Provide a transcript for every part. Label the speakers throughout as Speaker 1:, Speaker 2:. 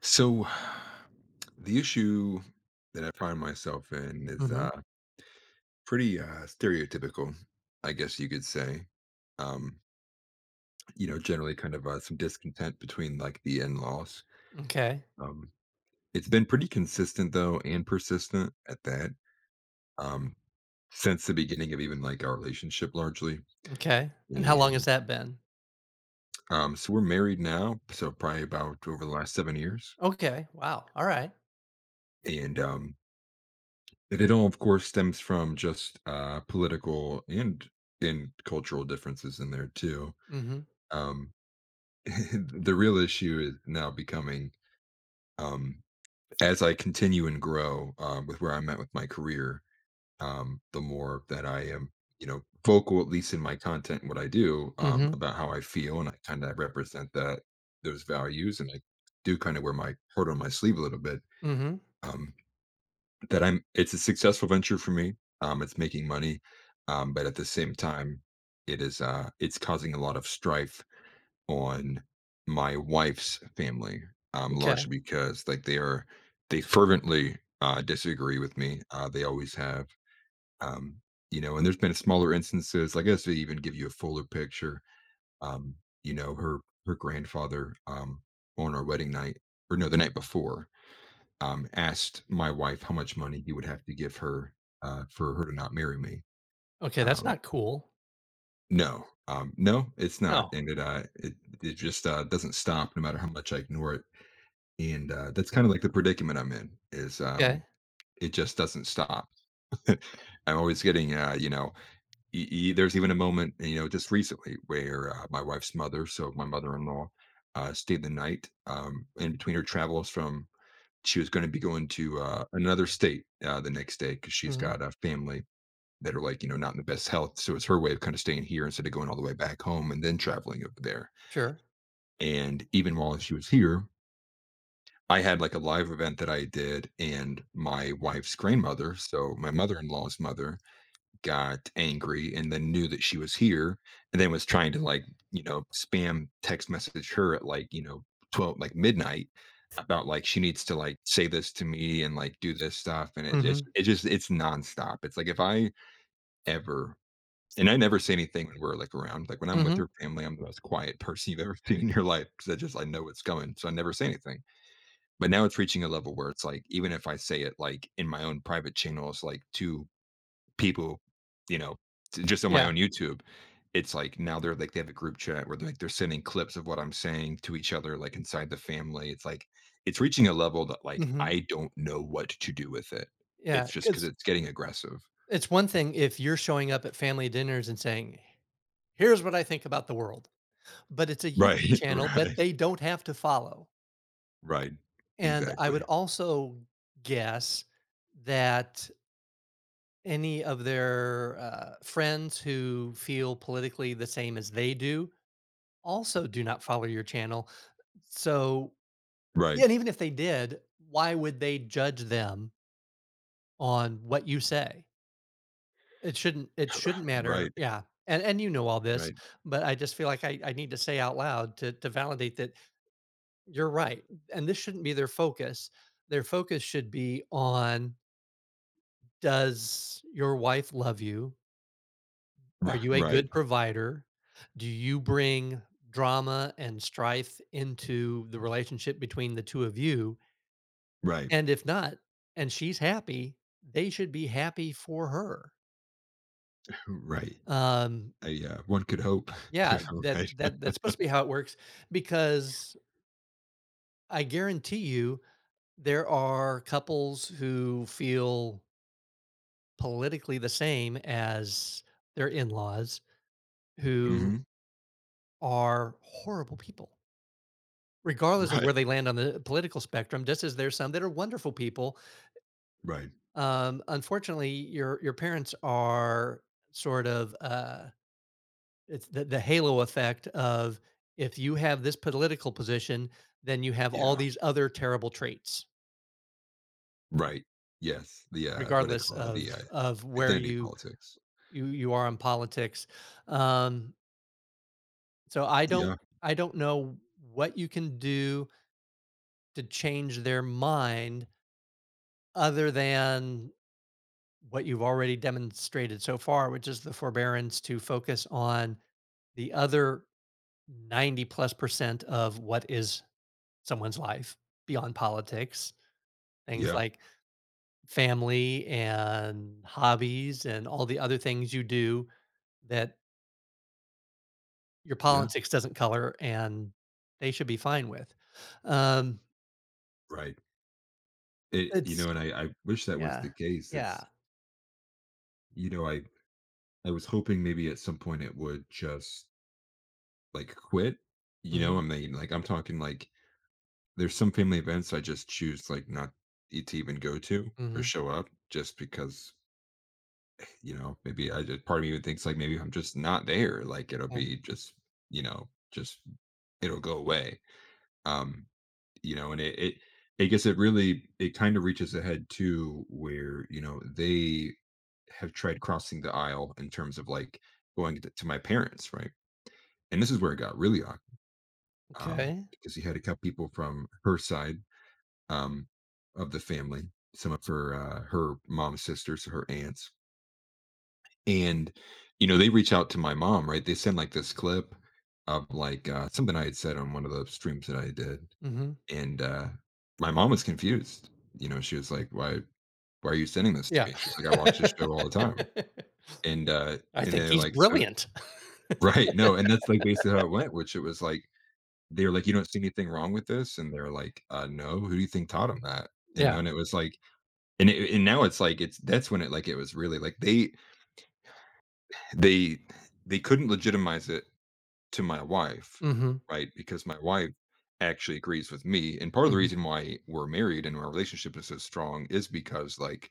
Speaker 1: So, the issue that I find myself in is
Speaker 2: Mhm.
Speaker 1: pretty stereotypical, I guess you could say. Um, you know, generally kind of some discontent between like the in laws.
Speaker 2: Okay.
Speaker 1: Um, it's been pretty consistent though and persistent at that um, since the beginning of even like our relationship largely.
Speaker 2: Okay, and how long has
Speaker 1: And
Speaker 2: that been?
Speaker 1: So we're married now. So, probably about over the last 7 years.
Speaker 2: Okay, wow, alright.
Speaker 1: And um, And it all, of course, stems from just, political and cultural differences in there too.
Speaker 2: Mhm,
Speaker 1: Um, the real issue is now becoming, um, as I continue and grow, with where I'm at with my career, the more that I am, you know, vocal, at least in my content and what I do,
Speaker 2: mhm,
Speaker 1: about how I feel, and I kinda represent that those values, and I do kinda wear my heart on my sleeve a little bit,
Speaker 2: mhm.
Speaker 1: um That I'm it's a successful venture for me, it's making money, but at the same time, it is, it's causing a lot of strife on my wife's family,
Speaker 2: Okay.
Speaker 1: largely because, like, they fervently, disagree with me, they always have, um, you know, and there's been smaller instances, I guess, to even give you a fuller picture, um, you know, her grandfather, on our wedding night or no, the night before, asked my wife how much money he would have to give her for her to not marry me.
Speaker 2: Okay, that's
Speaker 1: Um,
Speaker 2: not cool.
Speaker 1: no, no, it's not,
Speaker 2: No,
Speaker 1: and it just doesn't stop no matter how much I ignore it. And that's kind of like the predicament I'm in. Is
Speaker 2: okay.
Speaker 1: It just doesn't stop. I'm always getting you know. There's even a moment you know just recently where my wife's mother, so my mother-in-law, stayed the night in between her travels from she was gonna be going to, another state, the next day because 'cause she's
Speaker 2: Mhm,
Speaker 1: got a family that are, like, you know, not in the best health, so it's her way of kinda staying here instead of going all the way back home and then traveling over there,
Speaker 2: sure.
Speaker 1: and even while she was here, I had, like, a live event that I did, and my wife's grandmother, so my mother-in-law's mother, got angry and then knew that she was here and then was trying to like, you know, spam text message her at like, you know, 12 like midnight about like she needs to like say this to me and like do this stuff and
Speaker 2: Mhm,
Speaker 1: it's nonstop. It's like if I ever and I never say anything when we're like around. Like when I'm with
Speaker 2: mhm.
Speaker 1: her family, I'm the most quiet person you've ever seen in your life because I know what's coming, so I never say anything. But now it's reaching a level where it's like even if I say it like in my own private channel, it's like too people, you know, j just on my
Speaker 2: Yeah,
Speaker 1: own YouTube, it's like now they have a group chat where they're sending clips of what I'm saying to each other, like, inside the family. It's like it's reaching a level that, like,
Speaker 2: mhm,
Speaker 1: I don't know what to do with it. It's just because
Speaker 2: because
Speaker 1: it's getting aggressive.
Speaker 2: it's one thing if you're showing up at family dinners and saying, "Here's what I think about the world," but it's a YouTube
Speaker 1: Right,
Speaker 2: channel that
Speaker 1: right,
Speaker 2: they don't have to follow,
Speaker 1: right.
Speaker 2: and I would
Speaker 1: Exactly.
Speaker 2: also guess that any of their friends who feel politically the same as they do also do not follow your channel. So, yeah,
Speaker 1: Right,
Speaker 2: and even if they did, why would they judge them on what you say? It shouldn't. It shouldn't matter.
Speaker 1: right,
Speaker 2: Yeah, and you know all this,
Speaker 1: right,
Speaker 2: but I just feel like I need to say out loud to validate that you're right, and this shouldn't be their focus. Their focus should be on, does your wife love you?
Speaker 1: ri
Speaker 2: Are you a
Speaker 1: right,
Speaker 2: good provider? Do you bring drama and strife into the relationship between the 2 of you?
Speaker 1: right,
Speaker 2: And if not, and she's happy, they should be happy for her.
Speaker 1: right.
Speaker 2: Um,
Speaker 1: I, one could hope.
Speaker 2: yeah, that
Speaker 1: Right.
Speaker 2: that that's supposed to be how it works, because I guarantee you there are couples who feel politically the same as their in-laws who
Speaker 1: Mhm.
Speaker 2: are horrible people. Regardless of
Speaker 1: Right,
Speaker 2: where they land on the political spectrum, just as there's some that are wonderful people,
Speaker 1: right.
Speaker 2: unfortunately, your parents are sort of it's the halo effect of, if you have this political position, then you have all
Speaker 1: Yeah.
Speaker 2: these other terrible traits,
Speaker 1: Right. Yes. The, what do they
Speaker 2: regardless
Speaker 1: call that?
Speaker 2: of where
Speaker 1: Identity
Speaker 2: you
Speaker 1: politics.
Speaker 2: you you are in politics. Um, so I don't
Speaker 1: Yeah.
Speaker 2: I don't know what you can do to change their mind other than what you've already demonstrated so far, which is the forbearance to focus on the other 90 plus percent of what is someone's life beyond politics, things
Speaker 1: Yeah.
Speaker 2: like family and hobbies and all the other things you do that your
Speaker 1: Yeah.
Speaker 2: politics doesn't color and they should be fine with. Um,
Speaker 1: Right. You
Speaker 2: it's,
Speaker 1: know, and I wish that was
Speaker 2: yeah,
Speaker 1: the case.
Speaker 2: yeah.
Speaker 1: It's, you know, I was hoping maybe at some point it would just like quit, you know,
Speaker 2: Hmm.
Speaker 1: I mean, like I'm talking like there's some family events I just choose like not to even go to or
Speaker 2: Hmm.
Speaker 1: show up just because, you know, maybe I just, part of me even thinks like maybe if I'm just not there, like it'll
Speaker 2: Yeah.
Speaker 1: be just, you know, just it'll go away. Um, you know and it I guess it really it kind of reaches ahead to where you know they have tried crossing the aisle in terms of like going to my parents right and this is where it got really awkward
Speaker 2: Okay.
Speaker 1: because he had a couple people from her side um of the family some of her her mom's sisters her aunts and you know they reach out to my mom right they send like this clip of like something I had said on one of the streams that I did.
Speaker 2: Hmm.
Speaker 1: And, my mom was confused, you know, she was like, why are you sending this to
Speaker 2: Yeah.
Speaker 1: me?" She's like, "I watch this show all the time." And,
Speaker 2: I think
Speaker 1: they're
Speaker 2: he's
Speaker 1: like, "So"
Speaker 2: brilliant.
Speaker 1: Right, no, and that's, like, basically how it went, which it was like they were like, "You don't see anything wrong with this?" And they're like, no, who do you think taught him that?" You
Speaker 2: Yeah.
Speaker 1: know, and it was like and it and now it's like it's that's when it like, it was really like they they couldn't legitimize it to my wife,
Speaker 2: Mhm.
Speaker 1: right? Because my wife actually agrees with me. And part of the
Speaker 2: Mhm.
Speaker 1: reason why we're married and our relationship is so strong is because, like,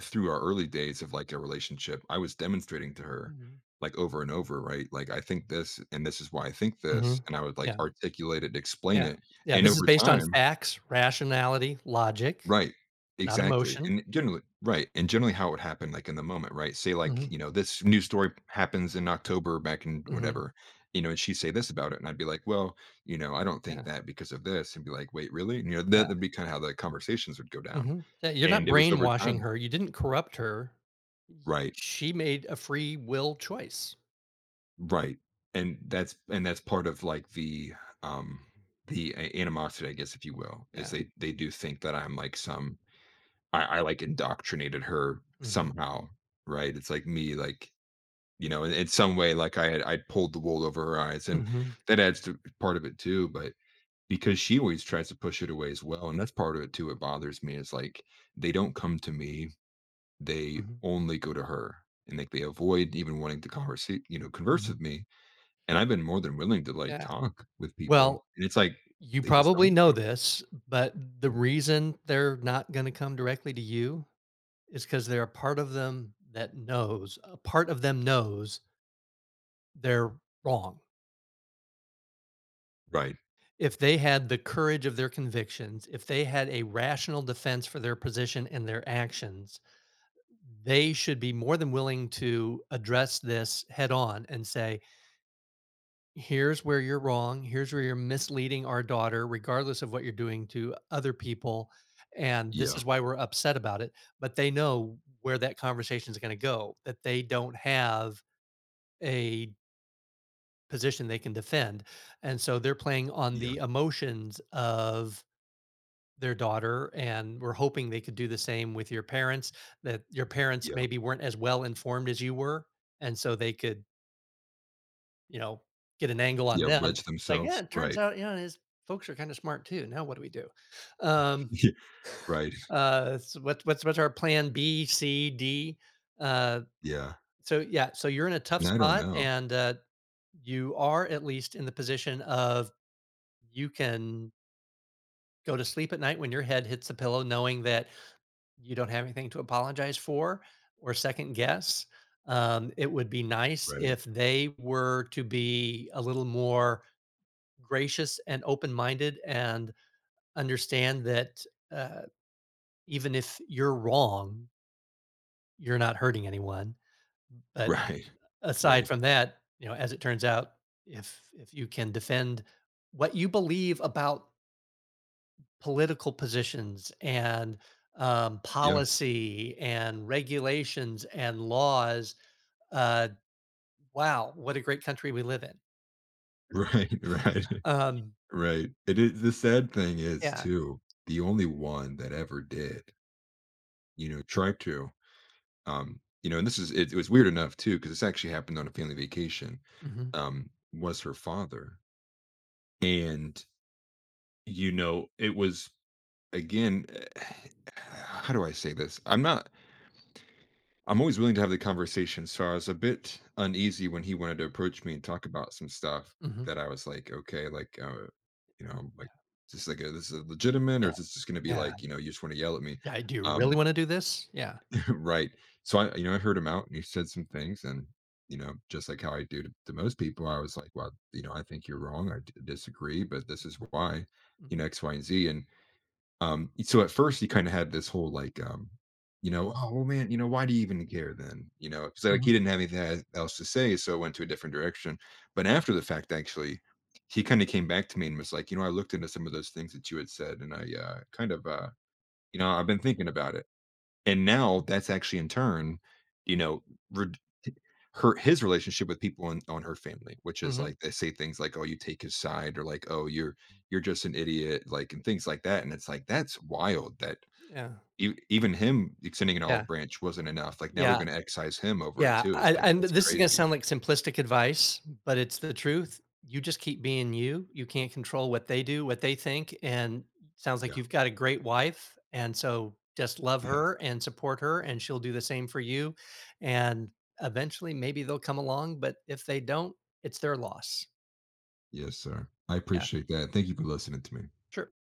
Speaker 1: through our early days of like a relationship, I was demonstrating to her,
Speaker 2: Mhm.
Speaker 1: like, over and over, right? Like, I think this, and this is why I think this.
Speaker 2: Mhm.
Speaker 1: And I would like
Speaker 2: Yeah.
Speaker 1: articulate it, explain
Speaker 2: Yeah.
Speaker 1: it.
Speaker 2: Yeah,
Speaker 1: And
Speaker 2: this is
Speaker 1: over
Speaker 2: based on
Speaker 1: time,
Speaker 2: facts, rationality, logic,
Speaker 1: right.
Speaker 2: not
Speaker 1: Exactly,
Speaker 2: emotion.
Speaker 1: and generally right, and generally how it happened, like, in the moment, right? Say, like,
Speaker 2: Mhm.
Speaker 1: you know, this news story happens in October back in
Speaker 2: Mhm.
Speaker 1: whatever, you know, and she'd say this about it, and I'd be like, "Well, you know, I don't
Speaker 2: Yeah.
Speaker 1: think that because of this," and be like, "Wait, really?" And, you know, that
Speaker 2: Yeah.
Speaker 1: that'd be kinda how the conversations would go down,
Speaker 2: Mhm. Yeah, you're
Speaker 1: and
Speaker 2: not
Speaker 1: it was over
Speaker 2: brainwashing
Speaker 1: time.
Speaker 2: her, you didn't corrupt her.
Speaker 1: Right.
Speaker 2: She made a free will choice.
Speaker 1: Right, and that's part of, like, um, the a animosity, I guess, if you will, is
Speaker 2: Yeah.
Speaker 1: they do think that I'm, like, some like, indoctrinated her
Speaker 2: Mhm.
Speaker 1: somehow, right? It's like me, like, you know, in some way, like, I pulled the wool over her eyes, and
Speaker 2: Mhm.
Speaker 1: that adds to part of it too, but because she always tries to push it away as well, and that's part of it too, it bothers me is, like, they don't come to me, they
Speaker 2: Mhm.
Speaker 1: only go to her, and, like, they avoid even wanting to converse, you know, converse
Speaker 2: Mhm.
Speaker 1: with me, and I've been more than willing to, like,
Speaker 2: Yeah.
Speaker 1: talk with people,
Speaker 2: Well,
Speaker 1: and it's like,
Speaker 2: you
Speaker 1: they just don't
Speaker 2: probably
Speaker 1: want
Speaker 2: know
Speaker 1: to.
Speaker 2: this, but the reason they're not gonna come directly to you is because 'cause they're a part of them that knows a part of them knows they're wrong.
Speaker 1: Right.
Speaker 2: If they had the courage of their convictions, if they had a rational defense for their position and their actions, they should be more than willing to address this head on and say, here's where you're wrong. Here's where you're misleading our daughter, regardless of what you're doing to other people. And this is
Speaker 1: Yeah,
Speaker 2: why we're upset about it. But they know where that conversation is going to go, that they don't have a position they can defend. And so they're playing on
Speaker 1: yeah,
Speaker 2: the emotions of their daughter, and we're hoping they could do the same with your parents, that your parents
Speaker 1: yeah,
Speaker 2: maybe weren't as well informed as you were, and so they could, you know, get an angle on
Speaker 1: yeah,
Speaker 2: them.
Speaker 1: wedge
Speaker 2: It's like, yeah,
Speaker 1: themselves,
Speaker 2: it turns
Speaker 1: right.
Speaker 2: out, you know, his folks are kind of smart too. Now what do we do? Um
Speaker 1: Yeah, right.
Speaker 2: so what's our plan B, C, D? Uh
Speaker 1: Yeah,
Speaker 2: so yeah, so you're in a tough
Speaker 1: and I don't
Speaker 2: spot,
Speaker 1: know.
Speaker 2: and you are at least in the position of, you can go to sleep at night when your head hits the pillow knowing that you don't have anything to apologize for or second guess. It would be nice
Speaker 1: Right,
Speaker 2: if they were to be a little more gracious and open minded and understand that uh, even if you're wrong, you're not hurting anyone. But
Speaker 1: right,
Speaker 2: aside
Speaker 1: right.
Speaker 2: from that, you know, as it turns out, if you can defend what you believe about political positions and,
Speaker 1: Yeah,
Speaker 2: policy and regulations and laws. Uh, wow, what a great country we live in.
Speaker 1: right, right,
Speaker 2: Um,
Speaker 1: right. It is the sad thing is
Speaker 2: yeah.
Speaker 1: too, the only one that ever did, you know, tried to, you know, and this is it, it was weird enough too, because this actually happened on a family vacation,
Speaker 2: Mhm,
Speaker 1: was her father. And, you know, it was again, how do I say this? I'm not I'm always willing to have the conversation. So I was a bit uneasy when he wanted to approach me and talk about some stuff
Speaker 2: mhm.
Speaker 1: that I was like, okay, like, you know,
Speaker 2: Yeah,
Speaker 1: like, is this like this is legitimate
Speaker 2: yeah,
Speaker 1: or is this just going to be
Speaker 2: yeah.
Speaker 1: like, you know, you just want to yell at me?
Speaker 2: Yeah, "Do you really
Speaker 1: Um,
Speaker 2: wanna do this?" Yeah.
Speaker 1: right. So I, you know, I heard him out and he said some things and, you know, just like how I do to most people, I was like, well, you know, I think you're wrong. Disagree, but this is why, you
Speaker 2: Mhm,
Speaker 1: know, X, Y, and Z. And so at first he kinda had this whole, like, you know, "Oh, well, man, you know, why do you even care then?" You know, because like, he
Speaker 2: mhm,
Speaker 1: didn't have anything e else to say, so it went to a different direction. But after the fact, actually, he kinda came back to me and was like, "You know, I looked into some of those things that you had said, and I, kind of, you know, I've been thinking about it." And now that's actually in turn, you know, red her his relationship with people in on her family, which is
Speaker 2: mhm.
Speaker 1: like they say things like, "Oh, you take his side," or like, "Oh, you're just an idiot," like, and things like that, and it's like, that's wild that
Speaker 2: Yeah,
Speaker 1: e even him extending an
Speaker 2: yeah,
Speaker 1: olive branch wasn't enough, like, now they're
Speaker 2: yeah.
Speaker 1: gonna excise him over it
Speaker 2: Yeah,
Speaker 1: too, it's
Speaker 2: I,
Speaker 1: like,
Speaker 2: and
Speaker 1: that's
Speaker 2: this is going to
Speaker 1: crazy.
Speaker 2: sound like simplistic advice, but it's the truth. You just keep being you. You can't control what they do, what they think, and sounds like
Speaker 1: Yeah,
Speaker 2: you've got a great wife, and so just love
Speaker 1: yeah.
Speaker 2: her and support her, and she'll do the same for you. And eventually, maybe they'll come along, but if they don't, it's their loss.
Speaker 1: Yes, sir. I
Speaker 2: Yeah,
Speaker 1: appreciate that, thank you for listening to me.
Speaker 2: sure.